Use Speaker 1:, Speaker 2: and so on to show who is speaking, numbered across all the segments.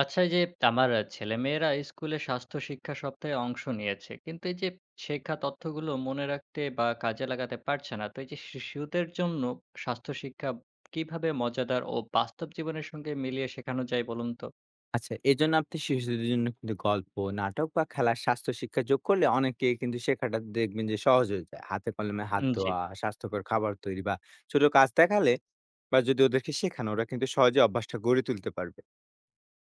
Speaker 1: আচ্ছা, এই যে আমার ছেলেমেয়েরা স্কুলে স্বাস্থ্য শিক্ষা সপ্তাহে অংশ নিয়েছে, কিন্তু এই যে শেখা তথ্যগুলো মনে রাখতে বা কাজে লাগাতে পারছে না। তো এই যে শিশুদের জন্য স্বাস্থ্য শিক্ষা কিভাবে মজাদার ও বাস্তব জীবনের সঙ্গে মিলিয়ে শেখানো যায় বলুন তো?
Speaker 2: আচ্ছা, এজন্য আপনি শিশুদের জন্য কিন্তু গল্প, নাটক বা খেলার স্বাস্থ্য শিক্ষা যোগ করলে অনেকেই কিন্তু শেখাটা দেখবেন যে সহজ হয়ে যায়। হাতে কলমে হাত
Speaker 1: উম, জি।
Speaker 2: ধোয়া, স্বাস্থ্যকর খাবার তৈরি বা ছোট কাজ দেখালে বা যদি ওদেরকে শেখানো ওরা কিন্তু সহজে অভ্যাসটা গড়ে তুলতে পারবে।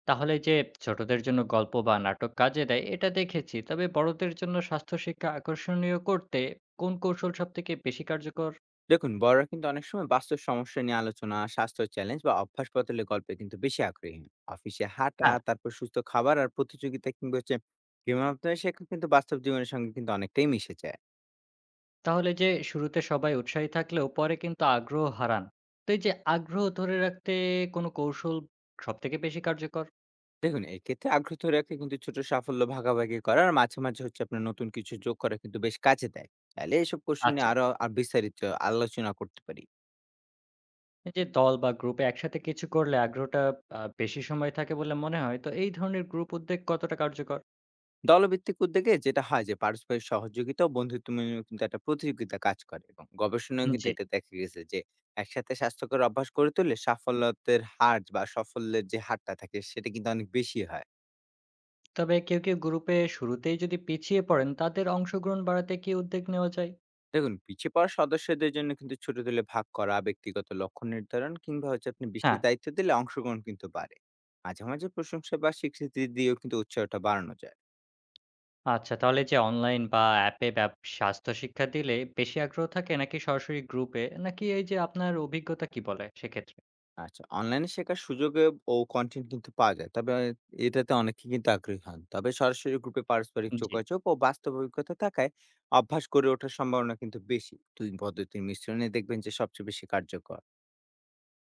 Speaker 1: তাহলে যে ছোটদের জন্য গল্প বা নাটক কাজে দেয় এটা দেখেছি। তবে বড়দের জন্য স্বাস্থ্য শিক্ষা আকর্ষণীয় করতে কোন কৌশল সবথেকে বেশি কার্যকর?
Speaker 2: দেখুন, বড়রা কিন্তু অনেক সময় বাস্তব সমস্যা নিয়ে আলোচনা, স্বাস্থ্য চ্যালেঞ্জ বা অভ্যাস বদলের গল্পে কিন্তু বেশি আগ্রহী হন। অফিসে হাঁটা,
Speaker 1: হ্যাঁ,
Speaker 2: তারপর সুস্থ খাবার আর প্রতিযোগিতা কিংবা হচ্ছে গেম শেখা কিন্তু বাস্তব জীবনের সঙ্গে কিন্তু অনেকটাই মিশে যায়।
Speaker 1: তাহলে যে শুরুতে সবাই উৎসাহী থাকলেও পরে কিন্তু আগ্রহ হারান। তো এই যে আগ্রহ ধরে রাখতে কোন কৌশল সবথেকে বেশি কার্যকর?
Speaker 2: দেখুন, এক্ষেত্রে আগ্রহ ধরে রাখতে কিন্তু ছোট সাফল্য ভাগাভাগি করা আর মাঝে, মাঝে হচ্ছে আপনার নতুন কিছু যোগ করা কিন্তু বেশ কাজে দেয়। তাইলে এসব কৌশল নিয়ে
Speaker 1: আচ্ছা,
Speaker 2: আরো বিস্তারিত আলোচনা করতে পারি।
Speaker 1: এই যে দল বা গ্রুপে একসাথে কিছু করলে আগ্রহটা বেশি সময় থাকে বলে মনে হয়। তো এই ধরনের গ্রুপ উদ্যোগ কতটা কার্যকর?
Speaker 2: দলভিত্তিক উদ্যোগে যেটা হয় যে পারস্পরিক সহযোগিতা ও বন্ধুত্বমূলক কিন্তু একটা প্রতিযোগিতা কাজ করে এবং গবেষণায় কিন্তু
Speaker 1: জি।
Speaker 2: এটা দেখা গেছে যে একসাথে স্বাস্থ্যকর অভ্যাস গড়ে তুললে সাফল্যতের হার বা সাফল্যের যে হারটা থাকে সেটা কিন্তু অনেক বেশি হয়।
Speaker 1: তবে কেউ কেউ গ্রুপে শুরুতেই যদি পিছিয়ে পড়েন, তাদের অংশগ্রহণ বাড়াতে কি উদ্যোগ নেওয়া যায়?
Speaker 2: দেখুন, পিছিয়ে পড়া সদস্যদের জন্য কিন্তু ছোট দলে ভাগ করা, ব্যক্তিগত লক্ষ্য নির্ধারণ কিংবা হচ্ছে আপনি
Speaker 1: হ্যাঁ,
Speaker 2: বিশেষ দায়িত্ব দিলে অংশগ্রহণ কিন্তু বাড়ে। মাঝে, মাঝে প্রশংসা বা স্বীকৃতি দিয়েও কিন্তু উৎসাহটা বাড়ানো যায়।
Speaker 1: আচ্ছা, তাহলে যে অনলাইন বা অ্যাপে স্বাস্থ্য শিক্ষা দিলে বেশি আগ্রহ থাকে নাকি সরাসরি গ্রুপে? নাকি এই যে আপনার অভিজ্ঞতা কি বলে সেক্ষেত্রে?
Speaker 2: আচ্ছা, অনলাইনে শেখার সুযোগে ও কনটেন্ট কিন্তু পাওয়া যায়। তবে এটাতে অনেকে কিন্তু আগ্রহী হন। তবে সরাসরি গ্রুপে পারস্পরিক
Speaker 1: জি।
Speaker 2: যোগাযোগ ও বাস্তব অভিজ্ঞতা থাকায় অভ্যাস গড়ে ওঠার সম্ভাবনা কিন্তু বেশি। ২ পদ্ধতির মিশ্রণে দেখবেন যে সবচেয়ে বেশি কার্যকর।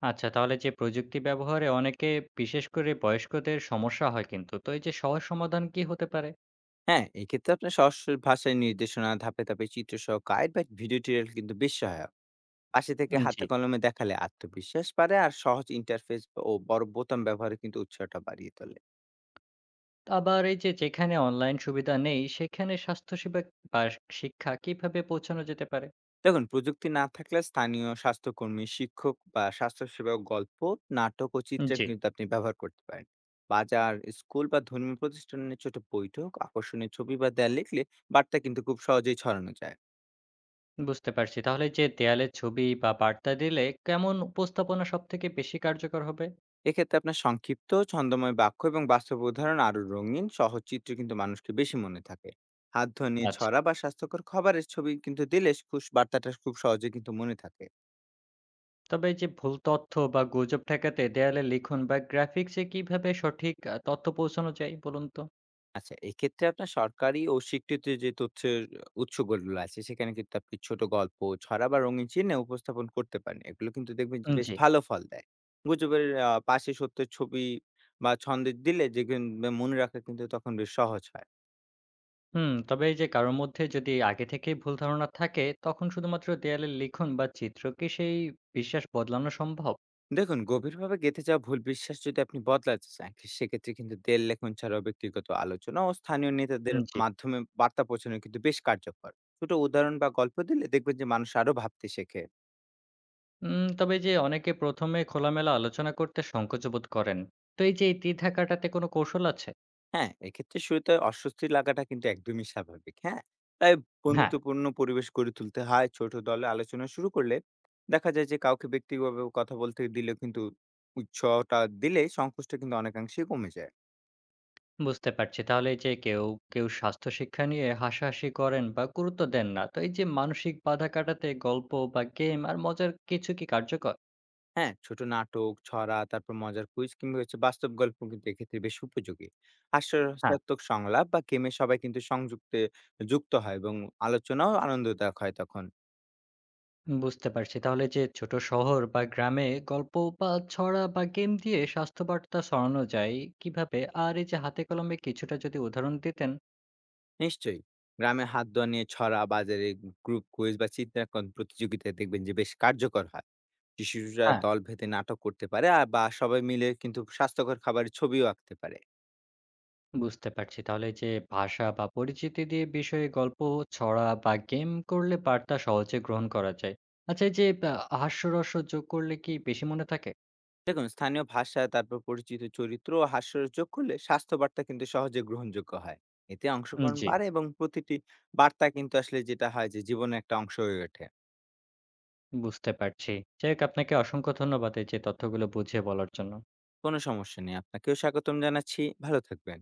Speaker 1: আচ্ছা, তাহলে যে প্রযুক্তি ব্যবহারে অনেকে বিশেষ করে বয়স্কদের সমস্যা হয় কিন্তু। তো এই যে সহজ সমাধান কি হতে পারে?
Speaker 2: হ্যাঁ, এক্ষেত্রে আপনার সহজ ভাষায় নির্দেশনা, ধাপে, ধাপে চিত্রসহ গাইড বা ভিডিও টিউটোরিয়াল কিন্তু বেশ সহায়ক। পাশে থেকে
Speaker 1: উম, জি।
Speaker 2: হাতে কলমে দেখালে আত্মবিশ্বাস বাড়ে আর সহজ ইন্টারফেস ও বড় বোতাম ব্যবহারে কিন্তু উৎসাহটা বাড়িয়ে তোলে।
Speaker 1: আবার এই যে যেখানে অনলাইন সুবিধা নেই সেখানে স্বাস্থ্যসেবা বা শিক্ষা কিভাবে পৌঁছানো যেতে পারে?
Speaker 2: দেখুন, প্রযুক্তি না থাকলে স্থানীয় স্বাস্থ্যকর্মী, শিক্ষক বা স্বাস্থ্যসেবা গল্প, নাটক ও
Speaker 1: উম,
Speaker 2: চিত্র
Speaker 1: জি,
Speaker 2: কিন্তু আপনি ব্যবহার করতে পারেন। বাজার, স্কুল বা ধর্মীয় প্রতিষ্ঠানের ছোট বৈঠক, আকর্ষণীয় ছবি বা দেয়াল লিখলে বার্তা কিন্তু খুব সহজেই ছড়ানো যায়।
Speaker 1: বুঝতে পারছি। তাহলে যে দেয়ালে ছবি বা বার্তা দিলে কেমন উপস্থাপনা সবথেকে বেশি কার্যকর হবে?
Speaker 2: এক্ষেত্রে আপনার সংক্ষিপ্ত ছন্দময় বাক্য এবং বাস্তব উদাহরণ, আরো রঙিন সহজ চিত্র কিন্তু মানুষকে বেশি মনে থাকে। হাত ধোয়া নিয়ে
Speaker 1: আচ্ছা।
Speaker 2: ছড়া বা স্বাস্থ্যকর খাবারের ছবি কিন্তু দিলে খুশ বার্তাটা খুব সহজে কিন্তু মনে থাকে।
Speaker 1: তবে এই যে ভুল তথ্য বা গুজব ঠেকাতে দেয়ালে লিখন বা গ্রাফিক্সে কিভাবে সঠিক তথ্য পৌঁছানো যায় বলুন তো?
Speaker 2: আচ্ছা, এক্ষেত্রে আপনার সরকারি ও স্বীকৃত যে তথ্যের উৎসগুলো আছে সেখানে কিন্তু আপনি ছোট গল্প, ছড়া বা রঙিন চিহ্নে উপস্থাপন করতে পারেন। এগুলো কিন্তু দেখবেন যে
Speaker 1: উম,
Speaker 2: বেশ
Speaker 1: জি।
Speaker 2: ভালো ফল দেয়। গুজবের পাশে সত্যের ছবি বা ছন্দের দিলে যেগুলো মনে রাখা কিন্তু তখন বেশ সহজ হয়।
Speaker 1: হুম, তবে এই যে কারোর মধ্যে যদি আগে থেকেই ভুল ধারণা থাকে, তখন শুধুমাত্র দেয়ালে লিখন বা চিত্র কি সেই বিশ্বাস বদলানো সম্ভব?
Speaker 2: দেখুন, গভীরভাবে গেঁথে যাওয়া ভুল বিশ্বাস যদি আপনি বদলাতে চান সেক্ষেত্রে কিন্তু দেড় লেখন ছাড়াও ব্যক্তিগত আলোচনা ও স্থানীয় নেতাদের
Speaker 1: উম, জি।
Speaker 2: মাধ্যমে বার্তা পৌঁছানো কিন্তু বেশ কার্যকর। ছোট উদাহরণ বা গল্প দিলে দেখবেন যে মানুষ আরো ভাবতে শেখে।
Speaker 1: উম, তবে এই যে অনেকে ১ম এ খোলামেলা আলোচনা করতে সংকোচ বোধ করেন। তো এই যে এই দ্বিধা কাটাতে কোনো কৌশল আছে?
Speaker 2: হ্যাঁ, এক্ষেত্রে শুরুতে অস্বস্তি লাগাটা কিন্তু একদমই স্বাভাবিক। হ্যাঁ, তাই
Speaker 1: হ্যাঁ,
Speaker 2: বন্ধুত্বপূর্ণ পরিবেশ গড়ে তুলতে হয়। ছোট দলে আলোচনা শুরু করলে দেখা যায় যে কাউকে ব্যক্তিগতভাবে কথা বলতে দিলেও কিন্তু উৎসাহটা দিলে সংকোচটা কিন্তু অনেকাংশেই কমে যায়।
Speaker 1: বুঝতে পারছি। তাহলে এই যে কেউ কেউ স্বাস্থ্য শিক্ষা নিয়ে হাসাহাসি করেন বা গুরুত্ব দেন না। তো এই যে মানসিক বাধা কাটাতে গল্প বা গেম আর মজার কিছু কি কার্যকর?
Speaker 2: হ্যাঁ, ছোট নাটক, ছড়া, তারপর মজার কুইজ কিংবা হচ্ছে বাস্তব গল্প কিন্তু এক্ষেত্রে বেশ উপযোগী।
Speaker 1: হ্যাঁ,
Speaker 2: হাস্যরসাত্মক সংলাপ বা গেমে সবাই কিন্তু যুক্ত হয় এবং আলোচনাও আনন্দদায়ক হয় তখন।
Speaker 1: বুঝতে পারছি। তাহলে যে ছোট শহর বা গ্রামে গল্প বা ছড়া বা গেম দিয়ে স্বাস্থ্য বার্তা ছড়ানো যায় কিভাবে? আর এই যে হাতে কলমে কিছুটা যদি উদাহরণ দিতেন?
Speaker 2: নিশ্চয়ই। গ্রামে হাত ধোয়া নিয়ে ছড়া, বাজারে গ্রুপ কুইজ বা চিত্রাঙ্কন প্রতিযোগিতায় দেখবেন যে বেশ কার্যকর হয়। শিশুরা
Speaker 1: হ্যাঁ।
Speaker 2: দল ভেদে নাটক করতে পারে আর বা সবাই মিলে কিন্তু স্বাস্থ্যকর খাবারের ছবিও আঁকতে পারে।
Speaker 1: বুঝতে পারছি। তাহলে যে ভাষা বা পরিচিতি দিয়ে বিষয়ে গল্প, ছড়া বা গেম করলে বার্তা সহজে গ্রহণ করা যায়। আচ্ছা, এই যে হাস্যরস যোগ করলে কি বেশি মনে থাকে?
Speaker 2: দেখুন, স্থানীয় ভাষা, তারপর পরিচিত চরিত্র ও হাস্যরস যোগ করলে স্বাস্থ্য বার্তা কিন্তু সহজে গ্রহণযোগ্য হয়। এতে
Speaker 1: উম,
Speaker 2: অংশগ্রহণ
Speaker 1: জি।
Speaker 2: বাড়ে এবং প্রতিটি বার্তা কিন্তু আসলে যেটা হয় যে জীবনে একটা অংশ হয়ে ওঠে।
Speaker 1: বুঝতে পারছি। যাই হোক আপনাকে অসংখ্য ধন্যবাদ এই যে তথ্যগুলো বুঝিয়ে বলার জন্য।
Speaker 2: কোনো সমস্যা নেই। আপনাকেও স্বাগতম জানাচ্ছি। ভালো থাকবেন।